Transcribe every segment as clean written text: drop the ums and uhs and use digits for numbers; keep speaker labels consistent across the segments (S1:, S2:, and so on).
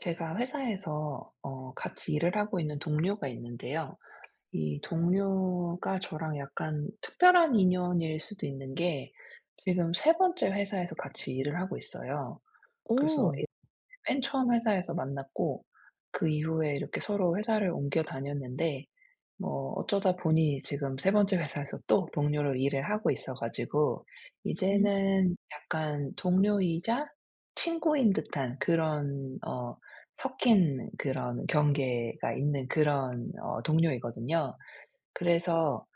S1: 제가 회사에서 같이 일을 하고 있는 동료가 있는데요. 이 동료가 저랑 약간 특별한 인연일 수도 있는 게, 지금 세 번째 회사에서 같이 일을 하고 있어요. 그래서
S2: 오,
S1: 맨 처음 회사에서 만났고, 그 이후에 이렇게 서로 회사를 옮겨 다녔는데, 뭐 어쩌다 보니 지금 세 번째 회사에서 또 동료로 일을 하고 있어 가지고,
S2: 음.
S1: 이제는 약간 동료이자 친구인 듯한 그런 섞인, 그런 경계가 있는 그런 동료이거든요. 그래서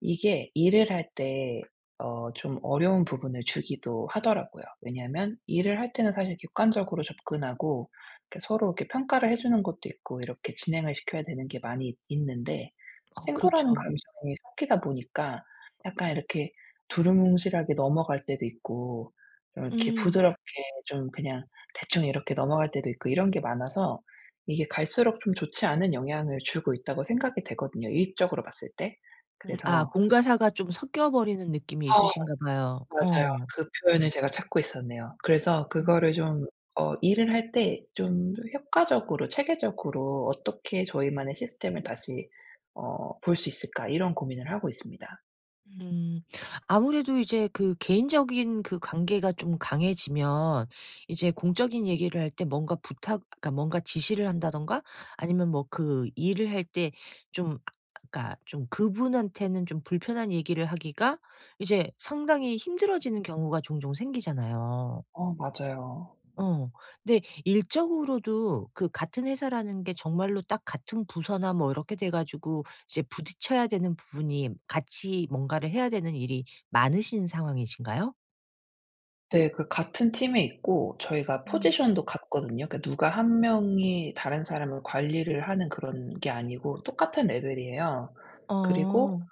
S1: 이게 일을 할 때 좀 어려운 부분을 주기도 하더라고요. 왜냐하면 일을 할 때는 사실 객관적으로 접근하고 이렇게 서로 이렇게 평가를 해 주는 것도 있고, 이렇게 진행을 시켜야 되는 게 많이 있 있는데,
S2: 어,
S1: 친구라는
S2: 그렇죠.
S1: 감정이 섞이다 보니까 약간 이렇게 두루뭉실하게 넘어갈 때도 있고, 좀 이렇게
S2: 음.
S1: 부드럽게 좀 그냥 대충 이렇게 넘어갈 때도 있고, 이런 게 많아서 이게 갈수록 좀 좋지 않은 영향을 주고 있다고 생각이 되거든요, 일적으로 봤을 때.
S2: 아
S1: 그래서,
S2: 공과사가 좀 섞여 버리는 느낌이
S1: 아
S2: 있으신가 봐요.
S1: 맞아요,
S2: 어.
S1: 그 표현을 제가 찾고 있었네요. 그래서
S2: 음.
S1: 그거를 좀 일을 할 때 좀 효과적으로 체계적으로 '어떻게 저희만의 시스템을 다시 볼 수 있을까?' 이런 고민을 하고 있습니다.
S2: 음. 아무래도 이제 그 개인적인 그 관계가 좀 강해지면 이제 공적인 얘기를 할 때 뭔가 부탁 그러니까 뭔가 지시를 한다든가 아니면 뭐 그 일을 할 때 좀 그러니까 좀 그분한테는 좀 불편한 얘기를 하기가 이제 상당히 힘들어지는 경우가 종종 생기잖아요.
S1: 어 맞아요.
S2: 어. 근데 일적으로도 그 같은 회사라는 게 정말로 딱 같은 부서나 뭐 이렇게 돼 가지고 이제 부딪혀야 되는 부분이 같이 뭔가를 해야 되는 일이 많으신 상황이신가요?
S1: 네. 그 같은 팀에 있고 저희가
S2: 음.
S1: 포지션도 같거든요. 그러니까 누가 한 명이 다른 사람을 관리를 하는 그런 게 아니고 똑같은 레벨이에요. 그리고
S2: 어.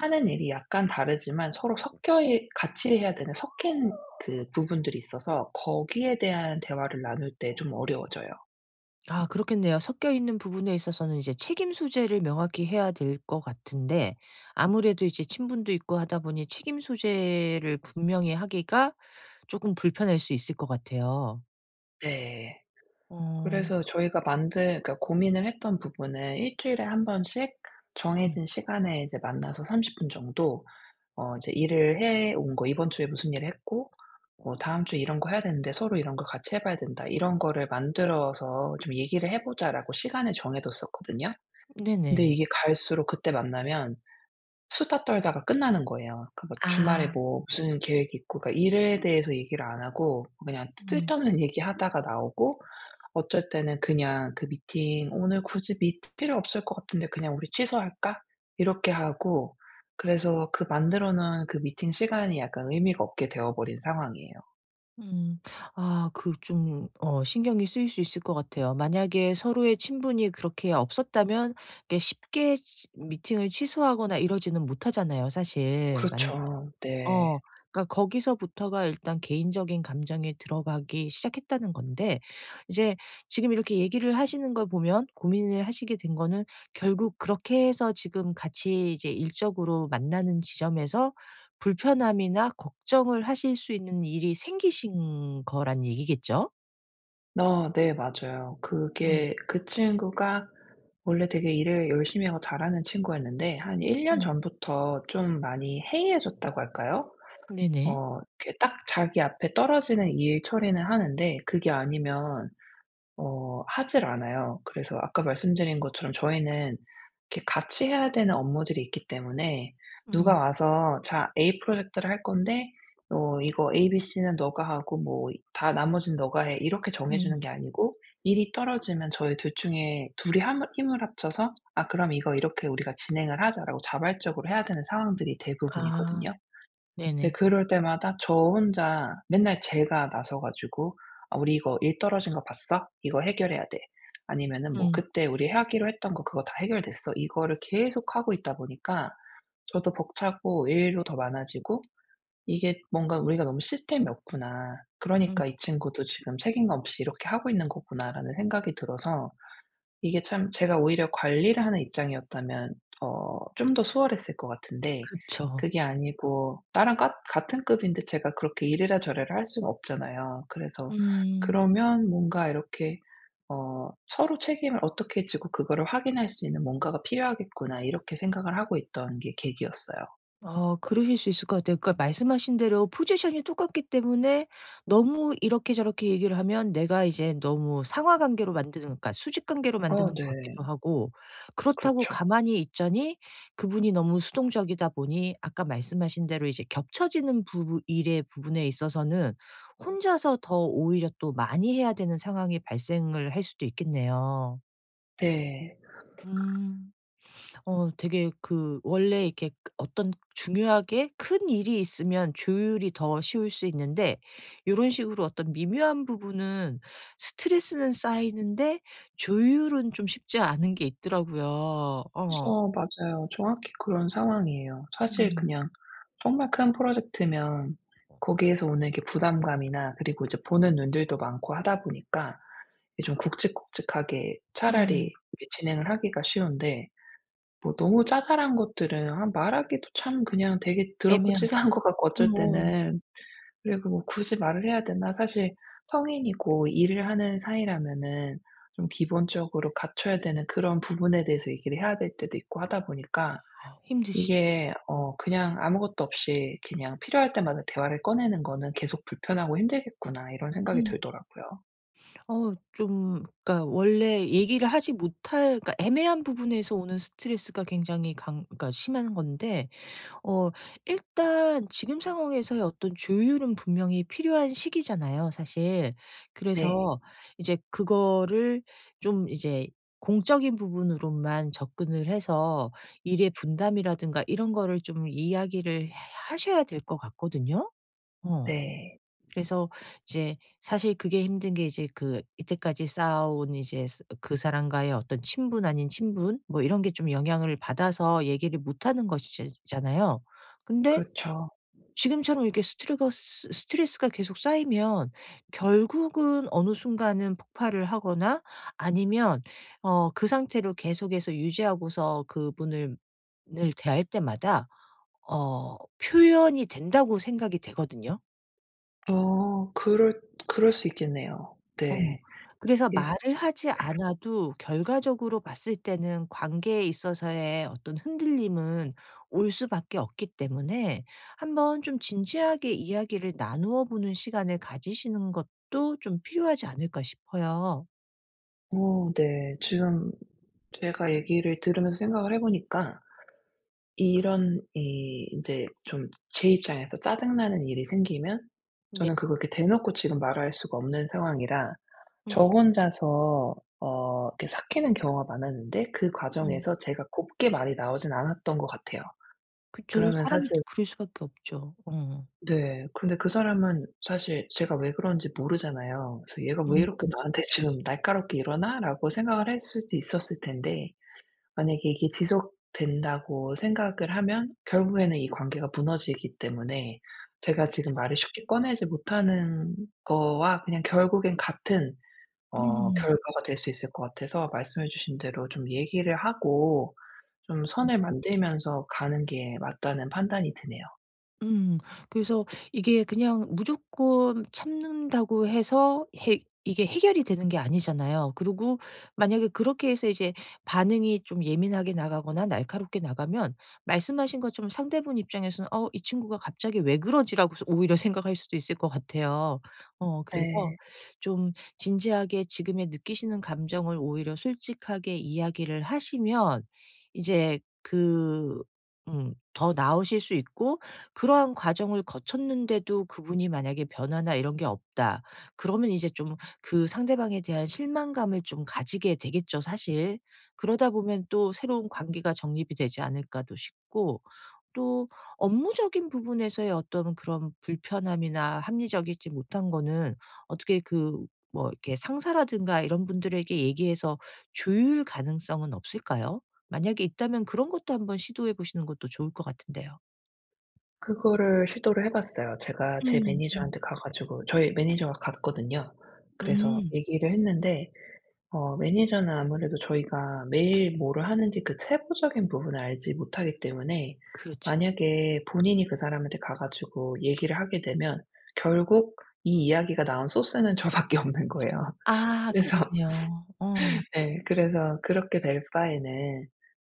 S1: 하는 일이 약간 다르지만 서로 섞여 이 같이 해야 되는, 섞인 그 부분들이 있어서 거기에 대한 대화를 나눌 때 좀 어려워져요.
S2: 아 그렇겠네요. 섞여 있는 부분에 있어서는 이제 책임 소재를 명확히 해야 될 것 같은데 아무래도 이제 친분도 있고 하다 보니 책임 소재를 분명히 하기가 쪼끔 불편할 수 있을 것 같아요.
S1: 네.
S2: 어.
S1: 그래서 저희가 만든, 그러니까 고민을 했던 부분은, 일 주일에 한 번씩
S2: 음.
S1: 정해진 시간에 이제 만나서 30분 정도 이제 일을 해온 거, "이번 주에 무슨 일을 했고 뭐 다음 주에 이런 거 해야 되는데 서로 이런 걸 같이 해 봐야 된다." 이런 거를 만들어서 좀 "얘기를 해 보자."라고 시간을 정해 뒀었거든요. 근데
S2: 네네.
S1: 이게 갈수록 그때 만나면 수다 떨다가 끝나는 거예요. 그러니까 뭐 주말에
S2: 아.
S1: 뭐 무슨 계획이 있고, 그러니까 일에 대해서 얘기를 안 하고 그냥
S2: 음.
S1: 쓸데없는 얘기하다가 나오고, 어쩔 때는 그냥 그 미팅, '오늘 굳이 미팅 필요 없을 것 같은데 그냥 우리 취소할까?' 이렇게 하고. 그래서 그 만들어 놓은 그 미팅 시간이 약간 의미가 없게 되어 버린 상황이에요.
S2: 음. 아 그 좀 신경이 쓰일 수 있을 것 같아요. 만약에 서로의 친분이 그렇게 없었다면 이게 쉽게 치 미팅을 취소하거나 이러지는 못하잖아요 사실. 만
S1: 그렇죠.
S2: 어.
S1: 네.
S2: 그러니까 거기서부터가 일단 개인적인 감정에 들어가기 시작했다는 건데 이제 지금 이렇게 얘기를 하시는 걸 보면 고민을 하시게 된 거는 결국 그렇게 해서 지금 같이 이제 일적으로 만나는 지점에서 불편함이나 걱정을 하실 수 있는 일이 생기신 거란 얘기겠죠?
S1: 어 네, 맞아요.
S2: 음.
S1: 그게, 그 친구가 원래 되게 일을 열심히 하고 잘하는 친구였는데 한 1년
S2: 음.
S1: 전부터 좀 많이 해이해졌다고 할까요?
S2: 네네.
S1: 이렇게 딱 자기 앞에 떨어지는 일 처리는 하는데, 그게 아니면 하질 않아요. 그래서 아까 말씀드린 것처럼 저희는 이렇게 같이 해야 되는 업무들이 있기 때문에,
S2: 음.
S1: 누가 와서 "자, A 프로젝트를 할 건데 이거 A, B, C는 너가 하고 뭐 다 나머지는 너가 해." 이렇게 정해
S2: 음.
S1: 주는 게 아니고, 일이 떨어지면 저희 둘 중에 둘이 함 힘을 합쳐서 "아, 그럼 이거 이렇게 우리가 진행을 하자."라고 자발적으로 해야 되는 상황들이
S2: 아.
S1: 대부분이거든요. 근데
S2: 네네.
S1: 그럴 때마다 저 혼자 맨날 제가 나서 가지고, "아 우리 이거 일 떨어진 거 봤어? 이거 해결해야 돼." 아니면은 뭐
S2: 음.
S1: "그때 우리 하기로 했던 거 그거 다 해결됐어?" 이거를 계속 하고 있다 보니까 저도 벅차고 일도 더 많아지고, 이게 뭔가 '우리가 너무 시스템이 없구나.
S2: 음.
S1: 그러니까 이 친구도 지금 책임감 없이 이렇게 하고 있는 거구나.'라는 생각이 들어서. 이게 참, 제가 오히려 관리를 하는 입장이었다면 좀 더 수월했을 것 같은데,
S2: 그쵸.
S1: 그게 아니고 나랑 같 같은 급인데 제가 그렇게 이래라 저래라 할 수는 없잖아요. 그래서
S2: 음.
S1: 그러면 뭔가 이렇게 '서로 책임을 어떻게 지고 그거를 확인할 수 있는 뭔가가 필요하겠구나.' 이렇게 생각을 하고 있던 게 계기였어요.
S2: 아 그러실 수 있을 것 같아요. 그러니까 말씀하신 대로 포지션이 똑같기 때문에 너무 이렇게 저렇게 얘기를 하면 내가 이제 너무 상하 관계로 만드는 그러니까 수직 관계로 만드는
S1: 어
S2: 것
S1: 네.
S2: 같기도 하고 그렇다고
S1: 그렇죠.
S2: 가만히 있자니 그분이 너무 수동적이다 보니 아까 말씀하신 대로 이제 겹쳐지는 부부 일의 부분에 있어서는 혼자서 더 오히려 또 많이 해야 되는 상황이 발생을 할 수도 있겠네요.
S1: 네.
S2: 음. 되게 그 원래 이렇게 어떤 중요하게 큰 일이 있으면 조율이 더 쉬울 수 있는데 이런 식으로 어떤 미묘한 부분은 스트레스는 쌓이는데 조율은 좀 쉽지 않은 게 있더라고요. 어.
S1: 어 맞아요. 정확히 그런 상황이에요. 사실
S2: 음.
S1: 그냥, 정말 큰 프로젝트면 거기에서 오는 게 부담감이나 그리고 이제 보는 눈들도 많고 하다 보니까 이게 좀 굵직굵직하게,
S2: 음.
S1: 차라리 이게 진행을 하기가 쉬운데, 뭐 너무 자잘한 것들은, 아 말하기도 참 그냥 되게 더럽고
S2: 애매하고
S1: 치사한 것 같고 어쩔 때는. 그리고 뭐 '굳이 말을 해야 되나?' 사실 성인이고 일을 하는 사이라면은 좀 기본적으로 갖춰야 되는 그런 부분에 대해서 얘기를 해야 될 때도 있고 하다 보니까,
S2: 힘드시죠.
S1: 이게 그냥 아무것도 없이 그냥 필요할 때마다 대화를 꺼내는 거는 '계속 불편하고 힘들겠구나.' 이런 생각이
S2: 음.
S1: 들더라고요.
S2: 좀 그니까 원래 얘기를 하지 못할 그러니까 애매한 부분에서 오는 스트레스가 굉장히 강 그러니까 심한 건데 어 일단 지금 상황에서의 어떤 조율은 분명히 필요한 시기잖아요 사실.
S1: 네.
S2: 그래서 이제 그거를 좀 이제 공적인 부분으로만 접근을 해서 일의 분담이라든가 이런 거를 좀 이야기를 하셔야 될 것 같거든요. 어.
S1: 네.
S2: 그래서 이제 사실 그게 힘든 게 이제 그 이때까지 쌓아온 이제 스 그 사람과의 어떤 친분 아닌 친분 뭐 이런 게 좀 영향을 받아서 얘기를 못 하는 것이 잖아요. 근데
S1: 그렇죠.
S2: 지금처럼 이렇게 스트레스 스트레스가 계속 쌓이면 결국은 어느 순간은 폭발을 하거나 아니면 그 상태로 계속해서 유지하고서 그분을 을 대할 때마다 표현이 된다고 생각이 되거든요.
S1: 어 그럴 수 있겠네요.
S2: 어.
S1: 네.
S2: 그래서
S1: 예.
S2: 말을 하지 않아도 결과적으로 봤을 때는 관계에 있어서의 어떤 흔들림은 올 수밖에 없기 때문에 한번 좀 진지하게 이야기를 나누어 보는 시간을 가지시는 것도 좀 필요하지 않을까 싶어요.
S1: 어 네. 지금 제가 얘기를 들으면서 생각을 해 보니까, 이런 이 인제 좀 제 입장에서 짜증나는 일이 생기면
S2: 네.
S1: 저는 그걸 이렇게 대놓고 지금 말할 수가 없는 상황이라
S2: 음
S1: 저 혼자서 이렇게 삭히는 경우가 많았는데, 그
S2: 음.
S1: 과정에서 제가 곱게 말이 나오진 않았던 것 같아요.
S2: 그쵸.
S1: 그러면
S2: 사람이 다
S1: 사실,
S2: 그럴 수밖에 없죠. 어.
S1: 네. 근데 그 사람은 사실 제가 왜 그런지 모르잖아요. 그래서 '얘가 왜
S2: 음.
S1: 이렇게 나한테 지금 날카롭게 이러나?'라고 생각을 할 수도 있었을 텐데, 만약에 이게 지속된다고 생각을 하면 결국에는 이 관계가 무너지기 때문에, 제가 지금
S2: 저,
S1: 말을 쉽게 꺼내지 못하는 거와 그냥 결국엔 같은
S2: 음
S1: 결과가 될 수 있을 것 같아서, 말씀해 주신 대로 좀 얘기를 하고 좀 선을 만들면서 가는 게 맞다는 판단이 드네요.
S2: 음. 그래서 이게 그냥 무조건 참는다고 해서 해 이게 해결이 되는 게 아니잖아요. 그리고 만약에 그렇게 해서 이제 반응이 좀 예민하게 나가거나 날카롭게 나가면 말씀하신 것처럼 상대분 입장에서는 '어 이 친구가 갑자기 왜 그러지?'라고 서 오히려 생각할 수도 있을 것 같아요. 그래서
S1: 네.
S2: 좀 진지하게 지금의 느끼시는 감정을 오히려 솔직하게 이야기를 하시면 이제 그 더 나으실 수 있고 그러한 과정을 거쳤는데도 그분이 만약에 변화나 이런 게 없다. 그러면 이제 좀 그 상대방에 대한 실망감을 좀 가지게 되겠죠, 사실. 그러다 보면 또 새로운 관계가 정립이 되지 않을까도 싶고 또 업무적인 부분에서의 어떤 그런 불편함이나 합리적이지 못한 거는 어떻게 그 뭐 이렇게 상사라든가 이런 분들에게 얘기해서 조율 가능성은 없을까요? 만약에 있다면 그런 것도 한번 시도해 보시는 것도 좋을 것 같은데요.
S1: 그거를 시도를 해 봤어요. 제가 제
S2: 음. 음.
S1: 매니저한테 가 가지고, 저희 매니저가 갔거든요. 그래서
S2: 음.
S1: 얘기를 했는데, 매니저는 아무래도 저희가 매일 뭐를 하는지 그 세부적인 부분을 알지 못하기 때문에
S2: 그렇죠.
S1: 만약에 본인이 그 사람한테 가 가지고 얘기를 하게 되면, 결국 이 이야기가 나온 소스는 저밖에 없는 거예요.
S2: 아
S1: 그래서,
S2: 그러네요. 어.
S1: 네, 그래서 "그렇게 될 바에는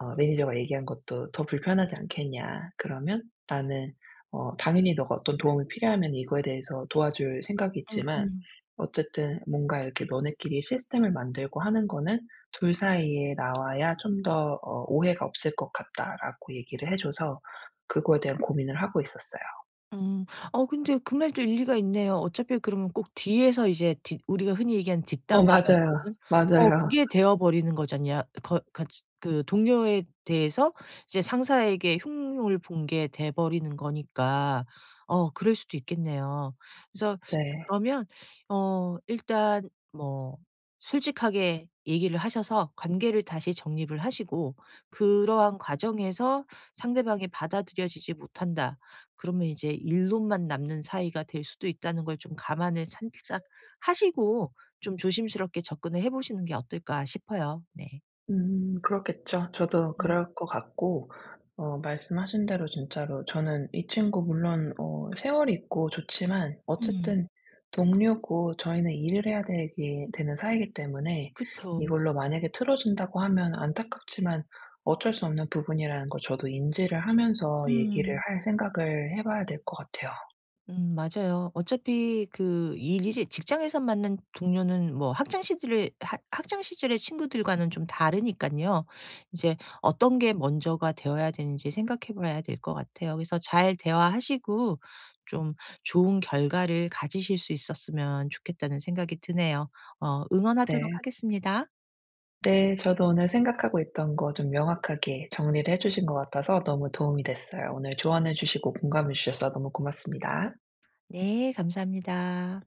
S1: 매니저가 얘기한 것도 더 불편하지 않겠냐. 그러면 나는 당연히 너가 어떤 도움이 필요하면 이거에 대해서 도와줄 생각이 있지만,
S2: 음음.
S1: 어쨌든 뭔가 이렇게 너네끼리 시스템을 만들고 하는 거는 둘 사이에 나와야 좀 더 오해가 없을 것 같다."라고 얘기를 해 줘서 그거에 대한 고민을 하고 있었어요.
S2: 음. 근데 그 말도 일리가 있네요. 어차피 그러면 꼭 뒤에서 이제 뒷 우리가 흔히 얘기하는
S1: 어
S2: 뒷담화라는
S1: 맞아요.
S2: 거는
S1: 맞아요.
S2: 그게 되어 버리는 거잖냐. 거 같이 그 동료에 대해서 이제 상사에게 흉흉을 본 게 돼 버리는 거니까 그럴 수도 있겠네요. 그래서
S1: 네.
S2: 그러면 일단 뭐 솔직하게 얘기를 하셔서 관계를 다시 정립을 하시고 그러한 과정에서 상대방이 받아들여지지 못한다. 그러면 이제 일론만 남는 사이가 될 수도 있다는 걸 좀 감안을 살짝 하시고 좀 조심스럽게 접근을 해 보시는 게 어떨까 싶어요. 네.
S1: 그렇겠죠. 저도
S2: 음.
S1: 그럴 것 같고. 어 말씀하신 대로 진짜로 저는 이 친구, 물론 세월이 있고 좋지만
S2: 음.
S1: 어쨌든 동료고 저희는 일을 해야 되기 되는 사이이기 때문에,
S2: 그쵸.
S1: 이걸로 만약에 틀어진다고 하면 안타깝지만 어쩔 수 없는 부분이라는 걸 저도 인지를 하면서 얘기를
S2: 음.
S1: 할 생각을 해 봐야 될 것 같아요.
S2: 맞아요. 어차피 그 일 이제 직장에서 만난 동료는 뭐 학창 시절의 학 학창 시절의 친구들과는 좀 다르니까요 이제 어떤 게 먼저가 되어야 되는지 생각해 봐야 될 것 같아요. 그래서 잘 대화하시고 좀 좋은 결과를 가지실 수 있었으면 좋겠다는 생각이 드네요. 응원하도록
S1: 네.
S2: 하겠습니다.
S1: 네. 저도 오늘 생각하고 있던 거 좀 명확하게 정리를 해 주신 것 같아서 너무 도움이 됐어요. 오늘 조언해 주시고 공감해 주셔서 너무 고맙습니다.
S2: 네 감사합니다.